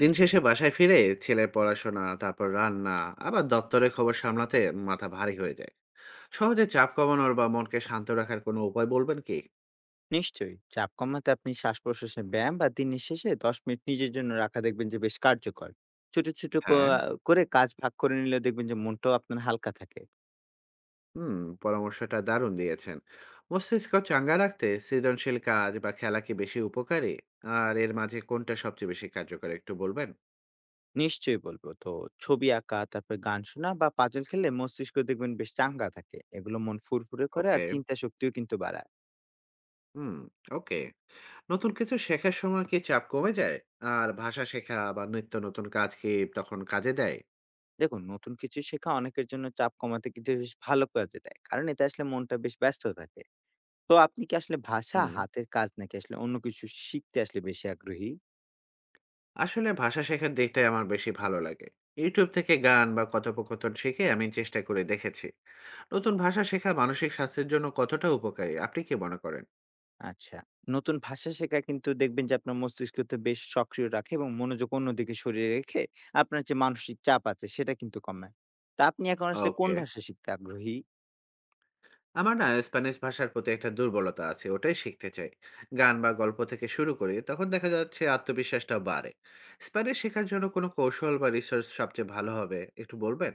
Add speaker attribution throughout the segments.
Speaker 1: দিন শেষে বাসায় ফিরে ছেলের পড়াশোনা, তারপর রান্না, আবার দপ্তরের খবর সামলাতে মাথা ভারী হয়ে যায়। সহজে চাপ কমানোর বা মনকে শান্ত রাখার কোনো উপায় বলবেন কি?
Speaker 2: নিশ্চয়ই চাপ কমাতে আপনি শ্বাস প্রশ্বাসের ব্যায়াম বা দিনের শেষে ১০ মিনিট নিজের জন্য রাখা দেখবেন যে বেশ কার্যকর। ছোট ছোট
Speaker 1: হ্যাঁ।
Speaker 2: করে কাজ ভাগ করে নিলে দেখবেন যে মনটাও আপনার হালকা থাকে।
Speaker 1: হুম। পরামর্শটা দারুণ দিয়েছেন। মস্তিষ্ক চাঙ্গা রাখতে সৃজনশীল কাজ বা খেলা কি বেশি উপকারী? আর এর মাঝে কোনটা সবচেয়ে বেশি কার্যকর একটু বলবেন?
Speaker 2: নিশ্চয়ই বলবো তো। ছবি আঁকা, তারপর গান শোনা বা পাজল খেললে মস্তিষ্ক দেখবেন বেশ চাঙ্গা থাকে। এগুলো মন ফুরফুরে করে
Speaker 1: ওকে।
Speaker 2: আর চিন্তা শক্তিও কিন্তু বাড়ায়।
Speaker 1: হুম। ওকে। নতুন কিছু শেখার সময় কি চাপ কমে যায়? আর ভাষা শেখা বা নিত্য নতুন কাজ কি তখন কাজে দেয়?
Speaker 2: দেখুন, নতুন কিছু শেখা অনেকের জন্য চাপ কমাতে কিন্তু বেশ ভালো কাজে দেয়, কারণ এতে আসলে মনটা বেশ ব্যস্ত থাকে। তো আপনি কি আসলে ভাষা,
Speaker 1: হুম।
Speaker 2: হাতের কাজ নাকি আসলে অন্য কিছু শিখতে আসলে বেশি আগ্রহী?
Speaker 1: আসলে ভাষা শেখার দিকটাই আমার বেশি ভালো লাগে। YouTube থেকে গান বা কথোপকথন শিখে আমি চেষ্টা করে দেখেছি। নতুন ভাষা শেখা মানসিক স্বাস্থ্যের জন্য কতটা উপকারী? আপনি কি মনে করেন?
Speaker 2: আচ্ছা। নতুন ভাষা শেখা কিন্তু দেখবেন যে আপনার মস্তিষ্ককে বেশ সক্রিয় রাখে এবং মনোযোগ অন্যদিকে সরিয়ে রেখে আপনার যে মানসিক চাপ আছে সেটা কিন্তু কমায়। তা আপনি এখন আসলে কোন
Speaker 1: ওকে।
Speaker 2: ভাষা শিখতে আগ্রহী?
Speaker 1: আমার না স্প্যানিশ ভাষার প্রতি একটা দুর্বলতা আছে। ওটাই শিখতে চাই। গান বা গল্প থেকে শুরু করি, তখন দেখা যাচ্ছে আত্মবিশ্বাসটা বাড়ে। স্প্যানিশ শেখার জন্য কোনো কৌশল বা রিসোর্স সবচেয়ে ভালো হবে? একটু বলবেন?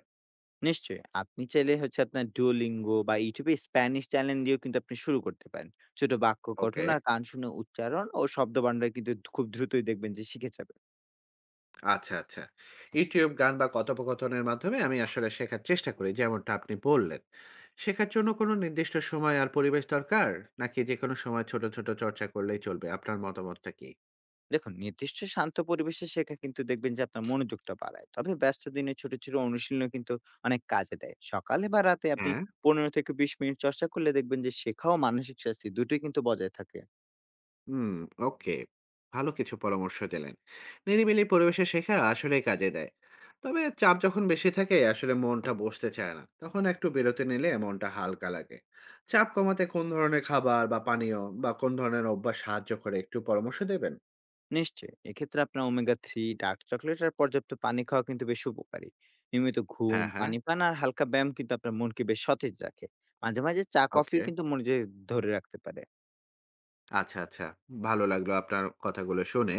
Speaker 2: নিশ্চয়ই, আপনি চাইলে হচ্ছে আপনার Duolingo বা YouTube এ স্প্যানিশ চ্যানেল দিয়েও কিন্তু আপনি শুরু করতে পারেন। ছোট বাক্য গঠন
Speaker 1: ওকে।
Speaker 2: আর গান শুনে উচ্চারণ ও শব্দ ভান্ডার কিন্তু খুব দ্রুতই দেখবেন যে শিখে যাবেন।
Speaker 1: আচ্ছা, আচ্ছা। YouTube গান বা কথোপকথনের মাধ্যমে আমি আসলে শেখার চেষ্টা করি যেমনটা আপনি বললেন। শেখার জন্য কোনো নির্দিষ্ট সময় আর পরিবেশ দরকার? নাকি যেকোনো সময় ছোট, ছোট চর্চা করলেই চলবে? আপনার মতামতটা কি?
Speaker 2: দেখুন, নির্দিষ্ট শান্ত পরিবেশে শেখা কিন্তু দেখবেন যে আপনার মনোযোগটা বাড়ায়, তবে ব্যস্ত দিনে ছোট ছোট অনুশীলন কিন্তু অনেক কাজে দেয়। সকালে বা রাতে আপনি
Speaker 1: হ্যাঁ?
Speaker 2: ১৫ থেকে ২০ মিনিট চর্চা করলে দেখবেন যে শেখা ও মানসিক স্বাস্থ্য দুটোই কিন্তু বজায় থাকে।
Speaker 1: হুম, ওকে। ভালো কিছু পরামর্শ দিলেন। নিরিবিলি পরিবেশে শেখা আসলেই কাজে দেয়। তবে চাপ যখন বেশি থাকে আসলে মনটা বসতে চায় না। তখন একটু বিরতি নিলে মনটা হালকা লাগে। চাপ কমাতে কোন ধরনের খাবার বা পানীয় বা কোন ধরনের অভ্যাস সাহায্য করে একটু পরামর্শ দেবেন?
Speaker 2: নিশ্চয়ই, এক্ষেত্রে আপনার ওমেগা থ্রি, ডার্ক চকলেট আর পর্যাপ্ত পানি খাওয়া কিন্তু বেশ উপকারী। নিয়মিত ঘুম,
Speaker 1: হ্যাঁ, হ্যাঁ।
Speaker 2: পানি পান আর হালকা ব্যায়াম কিন্তু আপনার মনকে বেশ সতেজ রাখে। মাঝে মাঝে চা কফিও
Speaker 1: ওকে।
Speaker 2: কিন্তু মনোযোগ ধরে রাখতে পারে।
Speaker 1: আচ্ছা, আচ্ছা। ভালো লাগলো আপনার কথাগুলো শুনে।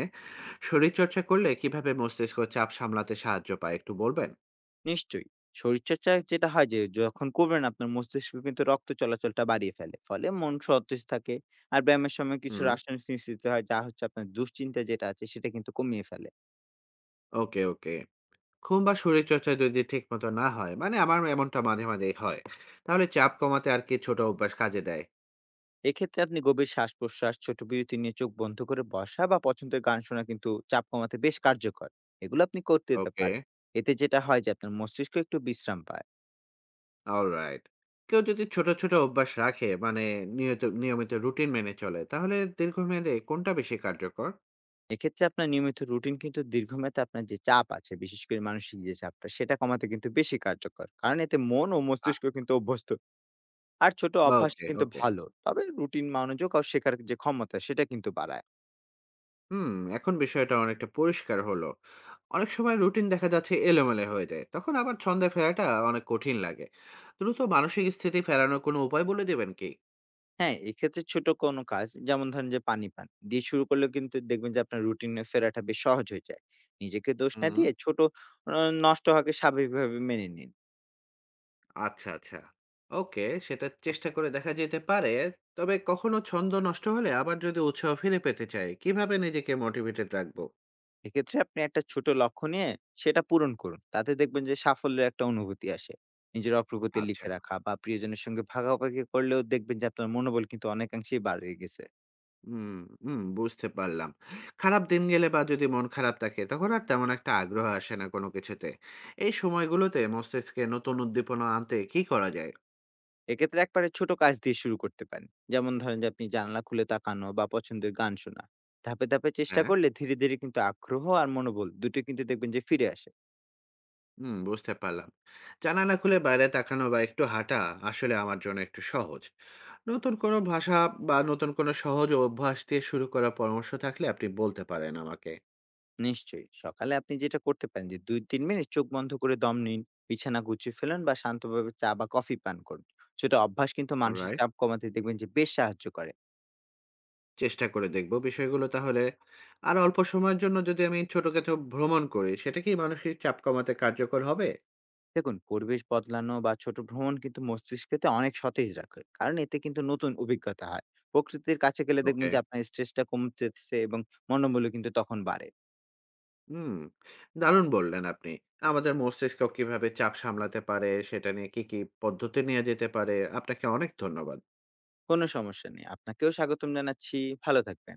Speaker 1: শরীরচর্চা করলে কিভাবে মস্তিষ্ক চাপ সামলাতে সাহায্য পায় একটু বলবেন?
Speaker 2: নিশ্চয়ই। শরীরচর্চা যেটা হয় যে যখন করবেন আপনার মস্তিষ্ক কিন্তু রক্ত চলাচলটা বাড়িয়ে ফেলে। ফলে মন সতেজ থাকে। আর ব্যায়ামের সময় কিছু
Speaker 1: হুম।
Speaker 2: রাসায়নিক নিঃসৃত হয়, যা হচ্ছে আপনার দুশ্চিন্তা যেটা আছে সেটা কিন্তু কমিয়ে ফেলে।
Speaker 1: ওকে, ওকে। ঘুম বা শরীরচর্চা যদি ঠিকমতো না হয়, মানে আমার এমনটা মাঝে, মাঝেই হয়। তাহলে চাপ কমাতে আর কি ছোট অভ্যাস কাজে দেয়?
Speaker 2: এক্ষেত্রে আপনি গভীর শ্বাস-প্রশ্বাস, ছোট বিরতি নিয়ে চোখ বন্ধ করে বসা বা পছন্দের গান শোনা কিন্তু চাপ কমাতে বেশ কার্যকর। এগুলো আপনি করতে
Speaker 1: ওকে।
Speaker 2: পারেন। এতে যেটা হয় যে আপনার মস্তিষ্ক একটু বিশ্রাম পায়।
Speaker 1: অলরাইট। কেউ যদি ছোট, ছোট অভ্যাস রাখে মানে নিয়মিত রুটিন মেনে চলে, তাহলে দীর্ঘমেয়াদে কোনটা বেশি কার্যকর?
Speaker 2: এক্ষেত্রে আপনার নিয়মিত রুটিন কিন্তু দীর্ঘমেয়াদে আপনার যে চাপ আছে, বিশেষ করে মানসিক যে চাপটা সেটা কমাতে কিন্তু বেশি কার্যকর। কারণ এতে মন ও
Speaker 1: আ।
Speaker 2: মস্তিষ্ক কিন্তু অভ্যস্ত। আর ছোট অভ্যাসটা
Speaker 1: ওকে,
Speaker 2: কিন্তু
Speaker 1: ওকে।
Speaker 2: ভালো। তবে রুটিন মনোযোগ আর শেখার যে ক্ষমতা সেটা কিন্তু বাড়ায়।
Speaker 1: হুম, এখন বিষয়টা অনেকটা পরিষ্কার হলো। অনেক সময় রুটিন দেখা যাচ্ছে এলোমেলো হয়ে যায়। তখন আবার ছন্দে ফেরাটা অনেক কঠিন লাগে। দ্রুত মানসিক স্থিতি ফেরানোর কোনো উপায় বলে দেবেন কি?
Speaker 2: হ্যাঁ, এক্ষেত্রে ছোট কোনো কাজ, যেমন ধরেন যে পানি পান দিয়ে শুরু করলেও কিন্তু দেখবেন যে আপনার রুটিনে ফেরাটা বেশ সহজ হয়ে যায়। নিজেকে দোষ না
Speaker 1: হুম।
Speaker 2: দিয়ে ছোট অ নষ্ট হওয়াকে স্বাভাবিকভাবে মেনে নিন।
Speaker 1: আচ্ছা, আচ্ছা। ওকে, সেটা চেষ্টা করে দেখা যেতে পারে। তবে কখনো ছন্দ নষ্ট হলে আবার যদি উৎসাহ ফিরে পেতে চাই, কিভাবে নিজেকে মোটিভেটেড রাখবো?
Speaker 2: এক্ষেত্রে আপনি একটা ছোট লক্ষ্য নিয়ে সেটা পূরণ করুন। তাতে দেখবেন যে সাফল্যের একটা অনুভূতি আসে। নিজের অগ্রগতি
Speaker 1: আচ্ছা।
Speaker 2: লিখে রাখা বা প্রিয়জনের সঙ্গে ভাগাভাগি করলেও দেখবেন যে আপনার মনোবল কিন্তু অনেকাংশেই বাড়িয়ে গেছে।
Speaker 1: হুম, হুম, বুঝতে পারলাম। খারাপ দিন গেলে বা যদি মন খারাপ থাকে তখন আর তেমন একটা আগ্রহ আসে না কোনো কিছুতে। এই সময়গুলোতে মস্তিষ্কে নতুন উদ্দীপনা আনতে কি করা যায়?
Speaker 2: এক্ষেত্রে একবারে ছোট কাজ দিয়ে শুরু করতে পারেন। যেমন ধরেন যে আপনি জানালা খুলে তাকানো বা পছন্দের গান শোনা। ধাপে ধাপে চেষ্টা
Speaker 1: হ্যাঁ,
Speaker 2: করলে ধীরে ধীরে কিন্তু আগ্রহ আর মনোবল দুটোই কিন্তু দেখবেন যে ফিরে আসে।
Speaker 1: হুম, বুঝতে পারলাম। জানালা খুলে বাইরে তাকানো বা একটু হাঁটা আসলে আমার জন্য একটু সহজ। নতুন কোনো ভাষা বা নতুন কোনো সহজ অভ্যাস দিয়ে শুরু করার পরামর্শ থাকলে আপনি বলতে পারেন আমাকে।
Speaker 2: নিশ্চয়ই। সকালে আপনি যেটা করতে পারেন যে ২-৩ মিনিট চোখ বন্ধ করে দম নিন, বিছানা গুছিয়ে ফেলুন বা শান্তভাবে চা বা কফি পান করুন। ছোট অভ্যাস কিন্তু মানসিক
Speaker 1: অলরাইট।
Speaker 2: চাপ কমাতে দেখবেন যে বেশ সাহায্য করে।
Speaker 1: চেষ্টা করে দেখব। বিষয়গুলো তাহলে আর অল্প সময়ের জন্য যদি আমি ছোটখাটো ভ্রমণ করি, সেটা কি মানসিক চাপ কমাতে কার্যকর হবে?
Speaker 2: দেখুন, পরিবেশ বদলানো বা ছোট ভ্রমণ কিন্তু মস্তিষ্ককে অনেক সতেজ রাখে। কারণ এতে কিন্তু নতুন অভিজ্ঞতা হয়। প্রকৃতির কাছে গেলে দেখবেন
Speaker 1: ওকে।
Speaker 2: যে আপনার স্ট্রেসটা কমতেছে এবং মনোবলও কিন্তু তখন বাড়ে।
Speaker 1: হুম, দারুণ বললেন আপনি। আমাদের মস্তিষ্ক কিভাবে চাপ সামলাতে পারে, সেটা নিয়ে কি, কি পদ্ধতি নেওয়া যেতে পারে? আপনাকে অনেক ধন্যবাদ।
Speaker 2: কোনো সমস্যা নেই। আপনাকেও স্বাগতম জানাচ্ছি। ভালো থাকবেন।